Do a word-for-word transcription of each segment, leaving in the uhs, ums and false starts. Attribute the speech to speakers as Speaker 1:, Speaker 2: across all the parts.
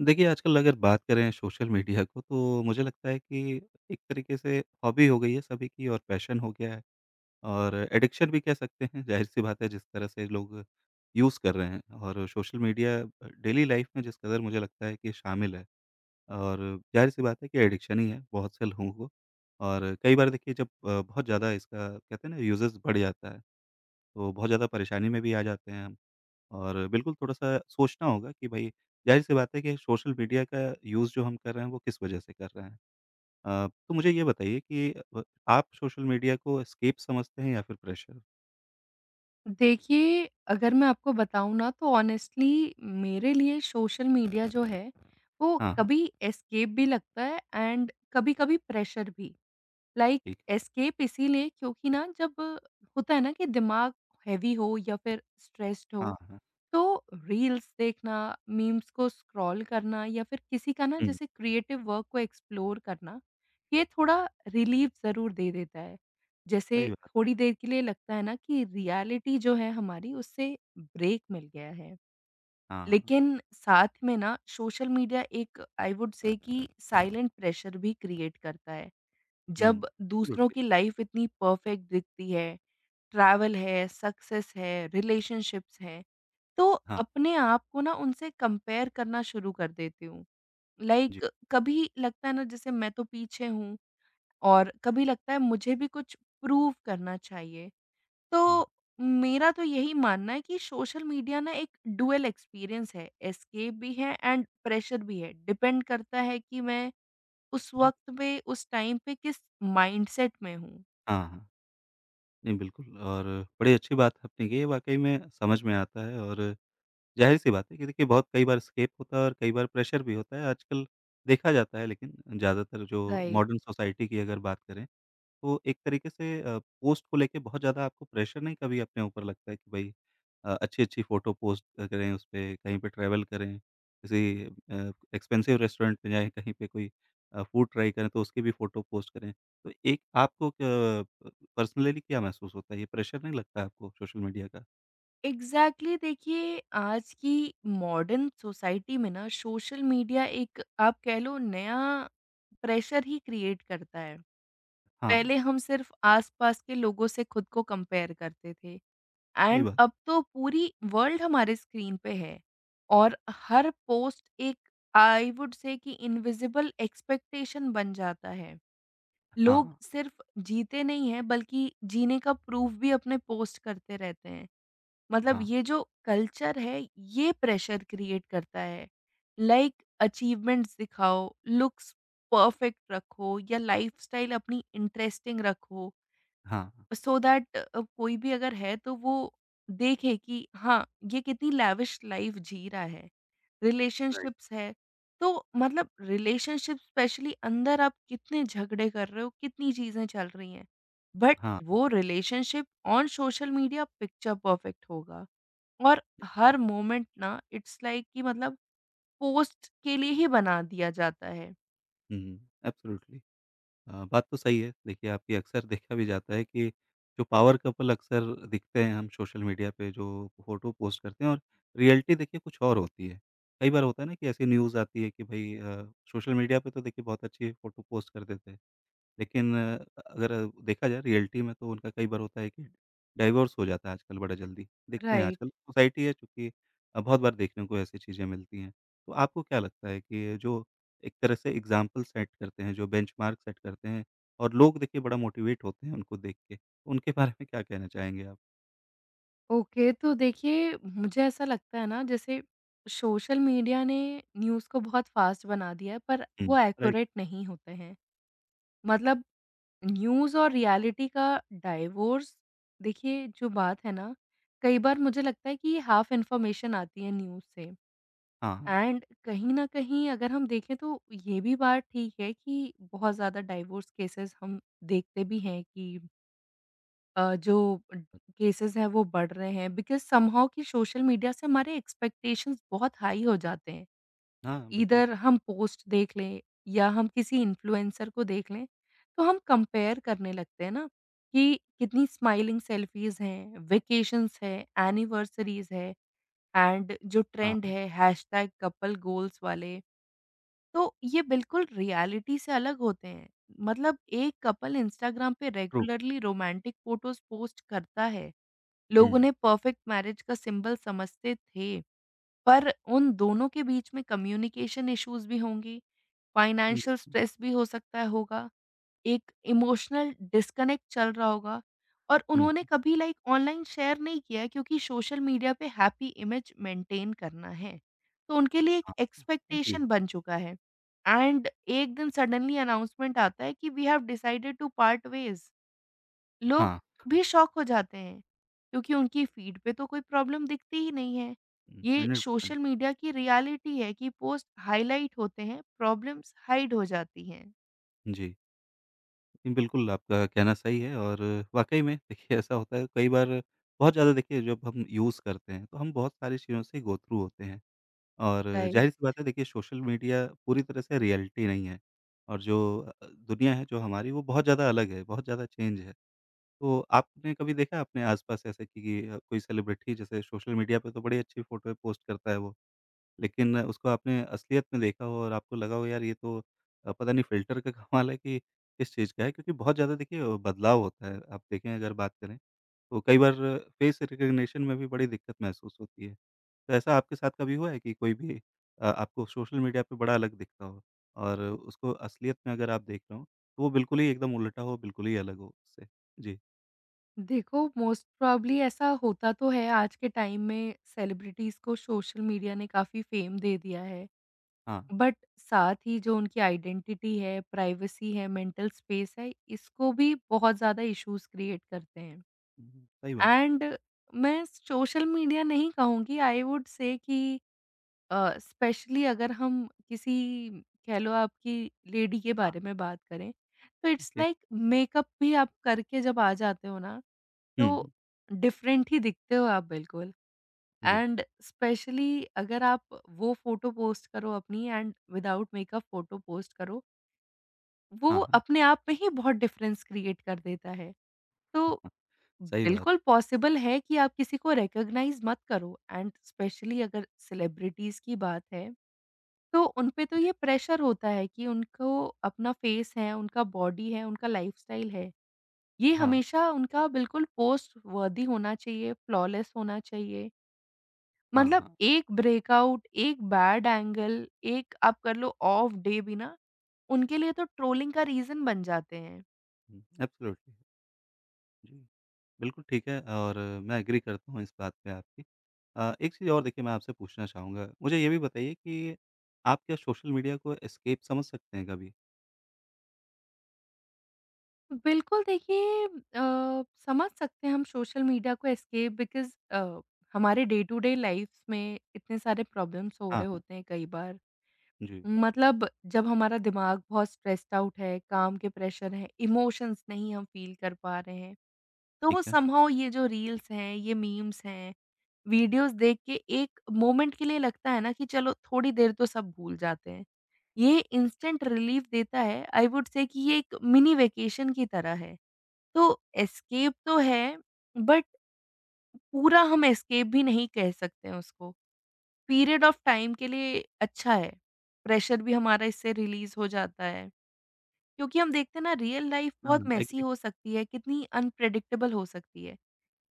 Speaker 1: देखिए, आजकल अगर बात करें सोशल मीडिया को तो मुझे लगता है कि एक तरीके से हॉबी हो गई है सभी की और पैशन हो गया है और एडिक्शन भी कह सकते हैं, ज़ाहिर-सी बात है जिस तरह से लोग यूज़ कर रहे हैं और सोशल मीडिया अ, डेली लाइफ़ में जिस कदर मुझे लगता है कि शामिल है और ज़ाहिर-सी बात है कि एडिक्शन ही है बहुत से लोगों को और कई बार देखिए जब अ, बहुत ज़्यादा इसका कहते हैं ना यूज़ेज़ बढ़ जाता है, तो बहुत ज़्यादा परेशानी में भी आ जाते हैं हम। और बिल्कुल थोड़ा-सा सोचना होगा कि भई ज़ाहिर-सी बात है कि सोशल मीडिया का यूज़ जो हम कर रहे हैं वो किस वजह से कर रहे हैं? अ, तो मुझे ये बताइए कि अ, आप सोशल मीडिया को एस्केप समझते हैं या फिर प्रेशर?
Speaker 2: देखिए, अगर मैं आपको बताऊँ ना तो ऑनेस्टली मेरे लिए सोशल मीडिया जो है, वो
Speaker 1: हाँ, हाँ,
Speaker 2: कभी एस्केप भी लगता है एंड कभी-कभी प्रेशर भी। लाइक
Speaker 1: ठीक है।
Speaker 2: एस्केप इसीलिए क्योंकि ना जब होता है ना कि दिमाग हेवी हो या फिर स्ट्रेस्ड हो,
Speaker 1: हाँ, हाँ।
Speaker 2: तो रील्स देखना, मीम्स को स्क्रॉल करना या फिर किसी का ना
Speaker 1: हुँ,
Speaker 2: जैसे क्रिएटिव वर्क को एक्सप्लोर करना, ये थोड़ा रिलीफ ज़रूर दे देता है। जैसे
Speaker 1: सही बात।
Speaker 2: थोड़ी देर के लिए लगता है ना कि रियलिटी जो है हमारी, उससे ब्रेक मिल गया है।
Speaker 1: हाँ,
Speaker 2: लेकिन साथ में ना सोशल मीडिया एक आई वुड से कि साइलेंट प्रेशर भी क्रिएट करता है।
Speaker 1: हुँ,
Speaker 2: जब दूसरों
Speaker 1: एब्सोल्यूटली।
Speaker 2: की लाइफ इतनी परफेक्ट दिखती है, ट्रैवल है, सक्सेस है, रिलेशनशिप्स हैं, तो
Speaker 1: हाँ,
Speaker 2: अपने आप को ना उनसे कंपेयर करना शुरू कर देती हूँ।
Speaker 1: जी,
Speaker 2: लाइक कभी लगता है ना जैसे मैं तो पीछे हूँ, और कभी लगता है मुझे भी कुछ प्रूव करना चाहिए।
Speaker 1: हाँ,
Speaker 2: तो मेरा तो यही मानना है कि सोशल मीडिया ना एक ड्यूअल एक्सपीरियंस है, एस्केप भी है एंड प्रेशर भी है। डिपेंड करता है कि मैं उस
Speaker 1: जी।
Speaker 2: वक़्त पे, उस टाइम पे किस माइंडसेट में हूँ।
Speaker 1: हाँ, हाँ। नहीं, बिल्कुल और बड़ी अच्छी बात आपने की है, वाक़ई में समझ में आता है और ज़ाहिर-सी बात है कि देखिए बहुत कई बार स्केप होता है और कई बार प्रेशर भी होता है, आजकल देखा जाता है लेकिन ज़्यादातर जो मॉडर्न सोसाइटी की अगर बात करें, तो एक तरीके से अ, पोस्ट को लेके बहुत ज़्यादा आपको प्रेशर नहीं कभी अपने ऊपर लगता है कि भई अ, अच्छी-अच्छी फ़ोटो पोस्ट अ, करें उसपे, कहीं पे ट्रैवल करें, किसी अ, एक्सपेंसिव रेस्टोरेंट में जाएँ, कहीं पे कोई अ, फूड ट्राई करें तो उसकी भी फ़ोटो पोस्ट करें। तो एक आपको क पर्सनली क्या महसूस होता है? ये प्रेशर नहीं लगता आपको सोशल मीडिया का?
Speaker 2: एग्ज़ैक्टली देखिए, आज की मॉडर्न सोसाइटी में ना सोशल मीडिया एक आप कह लो नया प्रेशर ही क्रिएट करता है।
Speaker 1: हाँ,
Speaker 2: पहले हम सिर्फ़ आस-पास के लोगों से खुद को कंपेयर करते थे,
Speaker 1: सही
Speaker 2: एंड
Speaker 1: बात।
Speaker 2: अब तो पूरी वर्ल्ड हमारे स्क्रीन पे है और हर पोस्ट एक आई वुड से कि इनविज़िबल एक्सपेक्टेशन बन जाता है। लोग
Speaker 1: हाँ,
Speaker 2: सिर्फ़ जीते नहीं हैं, बल्कि जीने का प्रूफ़ भी अपने पोस्ट करते रहते हैं। मतलब
Speaker 1: हाँ।
Speaker 2: ये जो कल्चर है, ये प्रेशर क्रिएट करता है, लाइक अचीवमेंट्स दिखाओ, लुक्स परफेक्ट रखो या लाइफस्टाइल अपनी इंटरेस्टिंग रखो,
Speaker 1: हाँ।
Speaker 2: सो दैट कोई भी अगर है तो वो देखे कि हाँ, ये कितनी लैविश लाइफ जी रहा है,
Speaker 1: राइट।
Speaker 2: रिलेशनशिप्स है। तो मतलब रिलेशनशिप स्पेशली अंदर आप कितने झगड़े कर रहे हो, कितनी चीजें चल रही हैं, बट
Speaker 1: हाँ,
Speaker 2: वो relationship on social media picture perfect होगा, और हर मोमेंट ना इट्स लाइक कि मतलब पोस्ट के लिए ही बना दिया जाता है।
Speaker 1: हुँ, एब्सोल्यूटली। अ, बात तो सही है। देखिए आपकी अक्सर देखा भी जाता है कि जो पावर कपल अक्सर दिखते हैं हम सोशल मीडिया पे जो फ़ोटो पोस्ट करते हैं और रियलिटी देखिए कुछ और होती है। कई बार होता है ना कि ऐसी न्यूज़ आती है कि भई अ, सोशल मीडिया पे तो देखिए बहुत अच्छी फ़ोटो पोस्ट कर देते हैं। लेकिन अ, अगर देखा जाए रियलिटी में तो उनका कई बार होता है कि डाइवोर्स हो जाता है आजकल बड़ा जल्दी। देखते हैं
Speaker 2: राइट।
Speaker 1: आजकल सोसाइटी है चूँकि अ, बहुत बार देखने को ऐसी चीज़ें मिलती हैं। तो आपको क्या लगता है कि जो एक तरह से एग्ज़ाम्पल सेट करते हैं, जो बेंचमार्क सेट करते हैं और लोग देखिए बड़ा मोटिवेट होते हैं उनको देख के, तो उनके बारे में क्या कहना चाहेंगे आप?
Speaker 2: ओके, तो देखिए मुझे ऐसा लगता है ना जैसे सोशल मीडिया ने न्यूज़ को बहुत फ़ास्ट बना दिया है, पर
Speaker 1: हुँ।
Speaker 2: वो
Speaker 1: राइट।
Speaker 2: एक्यूरेट नहीं होते हैं। मतलब न्यूज़ और रियलिटी का डाइवोर्स, देखिए जो बात है ना, कई बार मुझे लगता है कि हाफ़ इन्फॉर्मेशन आती है न्यूज़ से।
Speaker 1: हाँ, हाँ।
Speaker 2: एंड कहीं न कहीं अगर हम देखें तो ये भी बात ठीक है कि बहुत ज़्यादा डाइवोर्स केसेज़ हम देखते भी हैं कि अ, जो केसेज़ हैं वो बढ़ रहे हैं बिकॉज़ समहाउ कि सोशल मीडिया से हमारे एक्सपेक्टेशंस बहुत हाई हो जाते हैं।
Speaker 1: हाँ, बिल्कुल।
Speaker 2: ईदर हम पोस्ट देख लें या हम किसी इन्फ्लुएंसर को देख लें, तो हम कंपेयर करने लगते हैं ना कि कितनी स्माइलिंग सेल्फीज़ हैं, वेकेशंस हैं, एनिवर्सरीज़ है एंड जो
Speaker 1: हाँ,
Speaker 2: ट्रेंड
Speaker 1: हाँ।
Speaker 2: है हैशटैग कपल गोल्स वाले, तो ये बिल्कुल रियलिटी से अलग होते हैं। मतलब एक कपल इंस्टाग्राम पे
Speaker 1: true.
Speaker 2: Regularly romantic photos post करता है।
Speaker 1: हुँ।
Speaker 2: लोग उन्हें परफेक्ट मैरिज का सिंबल समझते थे, पर उन दोनों के बीच में कम्युनिकेशन इश्यूज़ भी होंगी,
Speaker 1: हुँ,
Speaker 2: फाइनेंशियल
Speaker 1: हुँ,
Speaker 2: स्ट्रेस भी हो सकता है होगा। एक इमोशनल डिस्कनेक्ट चल रहा होगा, और
Speaker 1: हुँ,
Speaker 2: उन्होंने
Speaker 1: हुँ।
Speaker 2: कभी लाइक ऑनलाइन शेयर नहीं किया है, क्योंकि सोशल मीडिया पे हैप्पी इमेज मेंटेन करना है। तो उनके लिए एक
Speaker 1: हाँ, हाँ। एग्री।
Speaker 2: एक्सपेक्टेशन बन चुका है, एंड एक दिन सडनली अनाउंसमेंट आता है कि we have decided to part ways. लोग
Speaker 1: हाँ,
Speaker 2: भी शॉक हो जाते हैं, क्योंकि उनकी फीड पे तो कोई प्रॉब्लम दिखती ही नहीं है।
Speaker 1: हुँ,
Speaker 2: ये
Speaker 1: हन्ड्रेड परसेंट।
Speaker 2: सोशल मीडिया की रियलिटी है कि पोस्ट हाइलाइट होते हैं, प्रॉब्लम्स हाइड हो जाती हैं।
Speaker 1: जी। जी, बिल्कुल, आपका कहना सही है और वाक़ई में देखिए ऐसा होता है कई बार बहुत ज़्यादा देखिए जब हम यूज़ करते हैं, तो हम बहुत सारी चीज़ों से गो थ्रू होते हैं और
Speaker 2: राइट।
Speaker 1: ज़ाहिर-सी बात है देखिए सोशल मीडिया पूरी तरह से रियलिटी नहीं है और जो अ, दुनिया है जो हमारी वो बहुत ज़्यादा अलग है, बहुत ज़्यादा चेंज है। तो आपने कभी देखा अपने आस-पास ऐसे कि कि, अ, कोई सेलिब्रिटी जैसे सोशल मीडिया पे तो बड़ी अच्छी फ़ोटो पोस्ट करता है वो लेकिन उसको आपने असलियत में देखा हो और आपको लगा हो यार ये तो अ, पता नहीं फ़िल्टर का कमाल है कि किस चीज़ का है क्योंकि बहुत ज़्यादा देखिए अ, बदलाव होता है। आप देखें अगर बात करें तो कई बार फ़ेस रिकॉग्निशन में भी बड़ी दिक्कत महसूस होती है। तो ऐसा आपके साथ कभी हुआ है कि कोई भी अ, आपको सोशल मीडिया पे बड़ा अलग दिखता हो और उसको असलियत में अगर आप देख रहे हो तो वो बिल्कुल ही एकदम उल्टा हो, बिल्कुल ही अलग हो उससे? जी,
Speaker 2: देखो, मोस्ट प्रोबब्ली ऐसा होता तो है, आज के टाइम में सेलिब्रिटीज़ को सोशल मीडिया ने काफ़ी फ़ेम दे दिया है।
Speaker 1: हाँ।
Speaker 2: बट साथ ही जो उनकी आइडेंटिटी है, प्राइवेसी है, मेंटल स्पेस है, इसको भी बहुत ज़्यादा इश्यूज़ क्रिएट करते हैं।
Speaker 1: हुँ, हुँ, सही बात है।
Speaker 2: एंड मैं सोशल मीडिया नहीं कहूँगी, आई वुड से कि अ, स्पेशली अगर हम किसी, कह लो आपकी लेडी के बारे में बात करें, तो इट्स
Speaker 1: ओके।
Speaker 2: लाइक मेकअप भी आप करके जब आ जाते हो ना,
Speaker 1: हुँ,
Speaker 2: तो
Speaker 1: हुँ।
Speaker 2: डिफरेंट ही दिखते हो आप बिल्कुल,
Speaker 1: जी।
Speaker 2: एंड स्पेशली अगर आप वो फ़ोटो पोस्ट करो अपनी and without makeup photo post करो, वो
Speaker 1: हाँ, हाँ,
Speaker 2: अपने आप में ही बहुत डिफरेंस क्रिएट कर देता है। तो
Speaker 1: हाँ। सही बात।
Speaker 2: बिल्कुल पॉसिबल है कि आप किसी को रिकॉग्नाइज़ मत करो, एंड स्पेशली अगर सेलिब्रिटीज़ की बात है, तो उन पे तो
Speaker 1: जी।
Speaker 2: ये प्रेशर होता है कि उनको अपना फेस है, उनका बॉडी है, उनका लाइफ़स्टाइल है। ये
Speaker 1: हाँ,
Speaker 2: हमेशा उनका बिल्कुल पोस्ट वर्दी होना चाहिए, फ्लॉलेस होना चाहिए।
Speaker 1: हाँ,
Speaker 2: मतलब
Speaker 1: हाँ।
Speaker 2: एक ब्रेकआउट, एक बैड एंगल, एक आप कर लो ऑफ डे भी ना, उनके लिए तो ट्रोलिंग का रीज़न बन जाते हैं।
Speaker 1: हुँ, एब्सोल्युटली। जी, बिल्कुल ठीक है और मैं एग्री करता हूँ इस बात पे आपकी। अ, एक चीज़ और देखिए मैं आपसे पूछना चाहूँगा, मुझे ये भी बताइए कि आप क्या सोशल मीडिया को एस्केप समझ सकते हैं कभी?
Speaker 2: बिल्कुल, देखिए अ, समझ सकते हैं हम सोशल मीडिया को एस्केप, बिकॉज़ अ, हमारे डे टू डे लाइफ़्स में इतने सारे प्रॉब्लम्स हो
Speaker 1: हाँ,
Speaker 2: रहे
Speaker 1: हाँ।
Speaker 2: होते हैं कई बार।
Speaker 1: जी,
Speaker 2: मतलब जब हमारा दिमाग बहुत स्ट्रेस्ड आउट है, काम के प्रेशर हैं, इमोशंस नहीं हम फ़ील कर पा रहे हैं, तो
Speaker 1: ठीक
Speaker 2: वो
Speaker 1: है।
Speaker 2: समहाउ ये जो रील्स हैं, ये मीम्स हैं, वीडियोज़ देख के एक मोमेंट के लिए लगता है ना कि चलो थोड़ी देर तो सब भूल जाते हैं। ये इंस्टेंट रिलीफ़ देता है, आई वुड से कि ये एक मिनी वेकेशन की तरह है। तो एस्केप तो है, बट पूरा हम एस्केप भी नहीं कह सकते हैं उसको। पीरियड ऑफ़ टाइम के लिए अच्छा है। प्रेशर भी हमारा इससे रिलीज़ हो जाता है। क्योंकि हम देखते हैं ना, रियल लाइफ़ बहुत
Speaker 1: हाँ,
Speaker 2: मेसी
Speaker 1: एग्री।
Speaker 2: हो सकती है, कितनी अनप्रेडिक्टेबल हो सकती है।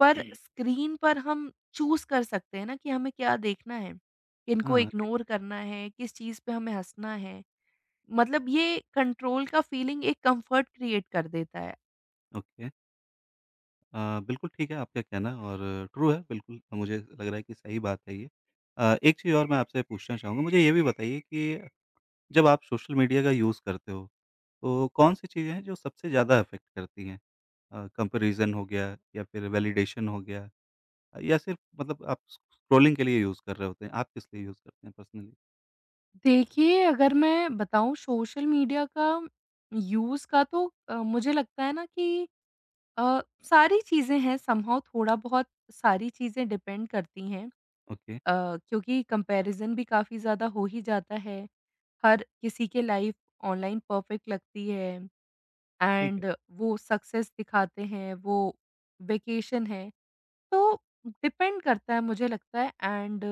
Speaker 2: पर स्क्रीन पर हम चूज़ कर सकते हैं ना कि हमें क्या देखना है, किनको
Speaker 1: हाँ, राइट,
Speaker 2: इग्नोर करना है, किस चीज़ पे हमें हँसना है। मतलब ये कंट्रोल का फीलिंग एक कम्फ़र्ट क्रिएट कर देता है।
Speaker 1: ओके। अ, बिल्कुल ठीक है आपका कहना और ट्रू है बिल्कुल, मुझे लग रहा है कि सही बात है ये। अ, एक चीज़ और मैं आपसे पूछना चाहूँगा, मुझे ये भी बताइए कि जब आप सोशल मीडिया का यूज़ करते हो, तो कौन-सी चीज़ें हैं जो सबसे ज़्यादा अफ़ेक्ट करती हैं? अ, कंपैरिज़न हो गया या फिर वैलिडेशन हो गया या सिर्फ़ मतलब आप स स्क्रॉलिंग के लिए यूज़ कर रहे होते हैं? आप किस लिए यूज़ करते हैं पर्सनली?
Speaker 2: देखिए, अगर मैं बताऊँ सोशल मीडिया का यूज़ का, तो अ, मुझे लगता है ना कि अ, सारी चीज़ें हैं समहाउ, थोड़ा-बहुत सारी चीज़ें डिपेंड करती हैं।
Speaker 1: ओके,
Speaker 2: अ, क्योंकि कंपैरिज़न भी काफ़ी ज़्यादा हो ही जाता है। हर किसी के लाइफ़ ऑनलाइन परफ़ेक्ट लगती है।
Speaker 1: ठीक है।
Speaker 2: एंड वो सक्सेस दिखाते हैं, वो वेकेशन है, तो डिपेंड करता है, मुझे लगता है। एंड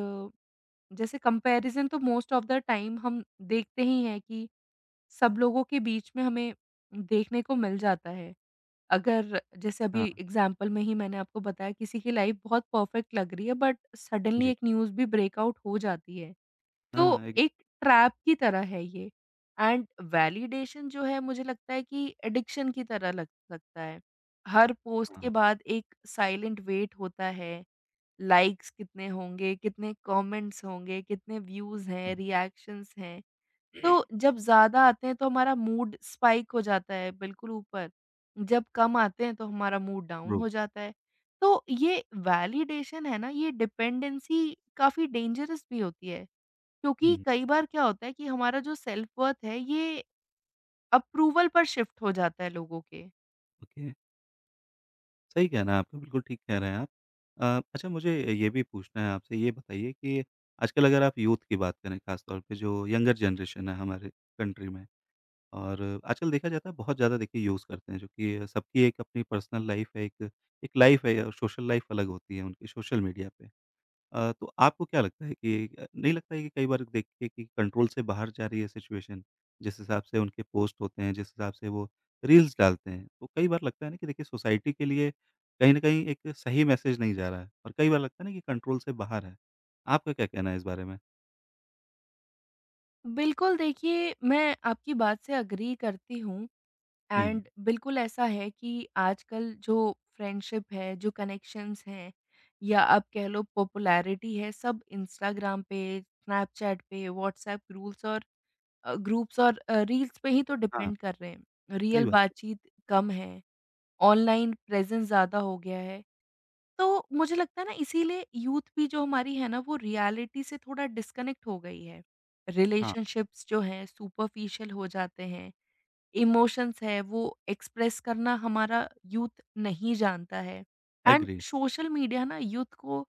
Speaker 2: जैसे कंपैरिज़न तो मोस्ट ऑफ द टाइम हम देखते ही हैं कि सब लोगों के बीच में हमें देखने को मिल जाता है। अगर जैसे अभी
Speaker 1: हाँ,
Speaker 2: एग्ज़ाम्पल में ही मैंने आपको बताया, किसी की लाइफ़ बहुत परफेक्ट लग रही है बट सडनली
Speaker 1: जी।
Speaker 2: एक न्यूज़ भी ब्रेक आउट हो जाती है। तो
Speaker 1: हाँ, एक।
Speaker 2: एक ट्रैप की तरह है ये, एंड वैलिडेशन जो है, मुझे लगता है कि एडिक्शन की तरह लग सकता है। हर पोस्ट के
Speaker 1: हाँ,
Speaker 2: बाद एक साइलेंट वेट होता है, लाइक्स कितने होंगे, कितने कमेंट्स होंगे, कितने व्यूज़ हैं, रिएक्शंस हैं। तो जब ज़्यादा आते हैं तो हमारा मूड स्पाइक हो जाता है बिल्कुल ऊपर, जब कम आते हैं तो हमारा मूड डाउन
Speaker 1: ट्रू।
Speaker 2: हो जाता है। तो ये वैलिडेशन है ना, ये डिपेंडेंसी काफ़ी डेंजरस भी होती है। क्योंकि
Speaker 1: हुँ,
Speaker 2: कई बार क्या होता है कि हमारा जो सेल्फ वर्थ है, ये अप्रूवल पर शिफ्ट हो जाता है लोगों के।
Speaker 1: ओके। सही कहना है आपका, बिल्कुल ठीक कह रहे हैं आप। अ, अच्छा मुझे ये भी पूछना है आपसे, ये बताइए कि आजकल अगर आप यूथ की बात करें ख़ास तौर पे जो यंगर जनरेशन है हमारे कंट्री में और आजकल देखा जाता है बहुत ज़्यादा देखिए यूज़ करते हैं जो कि सबकी एक अपनी पर्सनल लाइफ़ है, एक एक लाइफ़ है और सोशल लाइफ़ अलग होती है उनकी सोशल मीडिया पे। अ, तो आपको क्या लगता है कि अ, नहीं लगता है कि कई बार देखिए कि कंट्रोल से बाहर जा रही है सिचुएशन, जिस हिसाब से उनके पोस्ट होते हैं, जिस हिसाब से वो रील्स डालते हैं, तो कई बार लगता है ना कि देखिए सोसाइटी के लिए कहीं न कहीं एक सही मैसेज नहीं जा रहा है और कई बार लगता है ना कि कंट्रोल से बाहर है। आपका क्या कहना है इस बारे में?
Speaker 2: बिल्कुल, देखिए मैं आपकी बात से एग्री करती हूँ,
Speaker 1: हुँ,
Speaker 2: एंड बिल्कुल ऐसा है कि आजकल जो फ्रेंडशिप है, जो कनेक्शंस हैं, या आप कह लो पॉपुलैरिटी है, सब इंस्टाग्राम पे, स्नैपचैट पे, व्हाट्सएप रूल्स और अ, ग्रुप्स और अ, रील्स पे ही तो
Speaker 1: हाँ,
Speaker 2: डिपेंड कर रहे हैं।
Speaker 1: सही
Speaker 2: रियल
Speaker 1: बात है।
Speaker 2: बातचीत कम है, ऑनलाइन प्रेजेंस ज़्यादा हो गया है। तो मुझे लगता है ना, इसीलिए यूथ भी जो हमारी है ना, वो रियलिटी से थोड़ा डिस्कनेक्ट हो गई है।
Speaker 1: हाँ,
Speaker 2: रिलेशनशिप्स जो हैं सुपरफिशियल हो जाते हैं, इमोशंस है वो एक्सप्रेस करना हमारा यूथ नहीं जानता है। And
Speaker 1: agree.
Speaker 2: सोशल मीडिया ना यूथ को,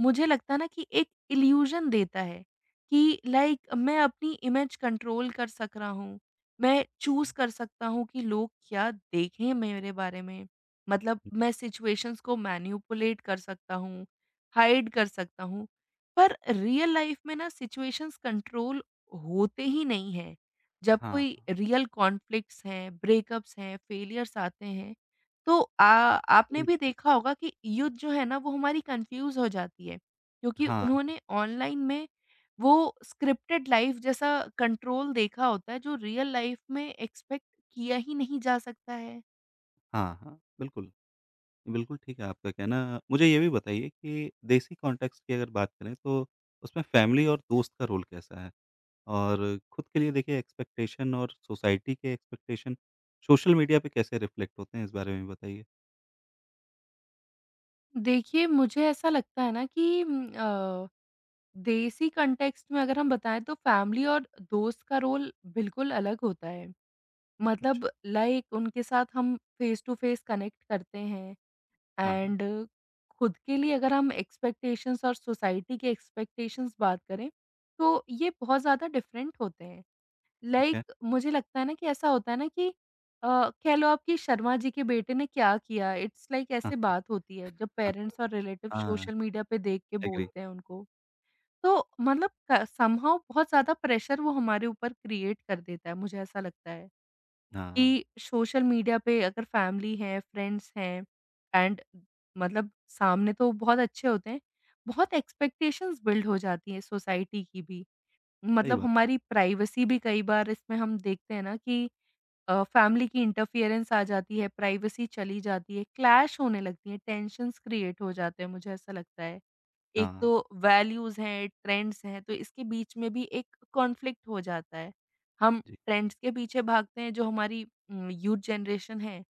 Speaker 2: मुझे लगता है ना कि एक इल्यूज़न देता है कि लाइक मैं अपनी इमेज कंट्रोल कर सक रहा हूँ। मैं चूज़ कर सकता हूँ कि लोग क्या देखें मेरे बारे में। मतलब
Speaker 1: जी,
Speaker 2: मैं सिचुएशंस को मैनिपुलेट कर सकता हूँ, हाइड कर सकता हूँ। पर रियल लाइफ़ में ना सिचुएशंस कंट्रोल होते ही नहीं हैं। जब
Speaker 1: हाँ,
Speaker 2: कोई रियल कॉन्फ्लिक्ट्स हैं, ब्रेकअप्स हैं, फेलियर्स आते हैं, तो आ आपने भी
Speaker 1: हाँ।
Speaker 2: देखा होगा कि यूथ जो है ना, वो हमारी कंफ्यूज हो जाती है, क्योंकि
Speaker 1: हाँ,
Speaker 2: उन्होंने ऑनलाइन में वो स्क्रिप्टेड लाइफ जैसा कंट्रोल देखा होता है, जो रियल लाइफ में एक्सपेक्ट किया ही नहीं जा सकता है।
Speaker 1: हाँ, हाँ, बिल्कुल। बिल्कुल ठीक है आपका कहना। मुझे ये भी बताइए कि देसी कॉन्टेक्स्ट की अगर बात करें तो उसमें फैमिली और दोस्त का रोल कैसा है? और खुद के लिए देखिए एक्सपेक्टेशन और सोसाइटी के एक्सपेक्टेशन सोशल मीडिया पे कैसे रिफ्लेक्ट होते हैं इस बारे में भी बताइए?
Speaker 2: देखिए, मुझे ऐसा लगता है ना कि म, अ, देसी कंटेक्स्ट में अगर हम बताएं तो फैमिली और दोस्त का रोल बिल्कुल अलग होता है,
Speaker 1: अच्छा,
Speaker 2: मतलब लाइक उनके साथ हम फेस टू फेस कनेक्ट करते हैं,
Speaker 1: हाँ, हाँ,
Speaker 2: एंड खुद के लिए अगर हम एक्सपेक्टेशंस और सोसाइटी के एक्सपेक्टेशंस बात करें, तो ये बहुत ज़्यादा डिफरेंट होते हैं।
Speaker 1: ठीक
Speaker 2: लाइक
Speaker 1: है।
Speaker 2: like, मुझे लगता है ना कि ऐसा होता है ना कि अ, कह लो आप कि शर्मा जी के बेटे ने क्या किया? इट्स लाइक like ऐसे
Speaker 1: हाँ,
Speaker 2: बात होती है, जब
Speaker 1: हाँ,
Speaker 2: पेरेंट्स और रिलेटिव
Speaker 1: हाँ,
Speaker 2: सोशल मीडिया पे देख के
Speaker 1: एग्री।
Speaker 2: बोलते हैं उनको। तो मतलब क समहाउ बहुत ज़्यादा प्रेशर वो हमारे ऊपर क्रिएट कर देता है, मुझे ऐसा लगता है।
Speaker 1: हाँ, हाँ,
Speaker 2: कि सोशल मीडिया पे अगर फैमिली है, फ्रेंड्स हैं, एंड मतलब सामने तो बहुत अच्छे होते हैं, बहुत एक्सपेक्टेशंस बिल्ड हो जाती हैं सोसाइटी की भी।
Speaker 1: सही
Speaker 2: मतलब
Speaker 1: बात है।
Speaker 2: हमारी प्राइवेसी भी कई बार इसमें हम देखते हैं ना कि अ, फैमिली की इंटरफियरेंस आ जाती है, प्राइवेसी चली जाती है, क्लैश होने लगती है, टेंशन्स क्रिएट हो जाते हैं, मुझे ऐसा लगता है।
Speaker 1: हाँ,
Speaker 2: एक
Speaker 1: हाँ,
Speaker 2: तो वैल्यूज़ हैं, ट्रेंड्स हैं, तो इसके बीच में भी एक कॉन्फ्लिक्ट हो जाता है। हम
Speaker 1: जी।
Speaker 2: ट्रेंड्स के पीछे भागते हैं जो हमारी उम, यूथ जनरेशन है,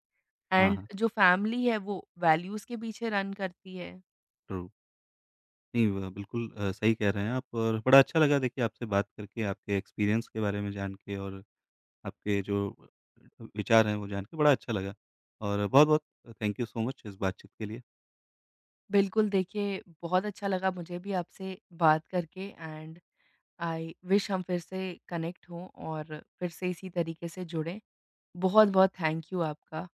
Speaker 1: हाँ,
Speaker 2: एंड
Speaker 1: हाँ,
Speaker 2: जो फैमिली है वो वैल्यूज़ के पीछे रन करती है।
Speaker 1: ट्रू। नहीं ब बिल्कुल अ, सही कह रहे हैं आप और बड़ा अच्छा लगा देखिए आपसे बात करके, आपके एक्सपीरियंस के बारे में जान के और आपके जो विचार हैं वो जान के बड़ा अच्छा लगा और बहुत-बहुत थैंक यू सो मच इस बातचीत के लिए।
Speaker 2: बिल्कुल देखिए, बहुत अच्छा लगा मुझे भी आपसे बात करके, एंड आई विश हम फिर से कनेक्ट हों और फिर से इसी तरीके से जुड़ें। बहुत-बहुत थैंक यू आपका।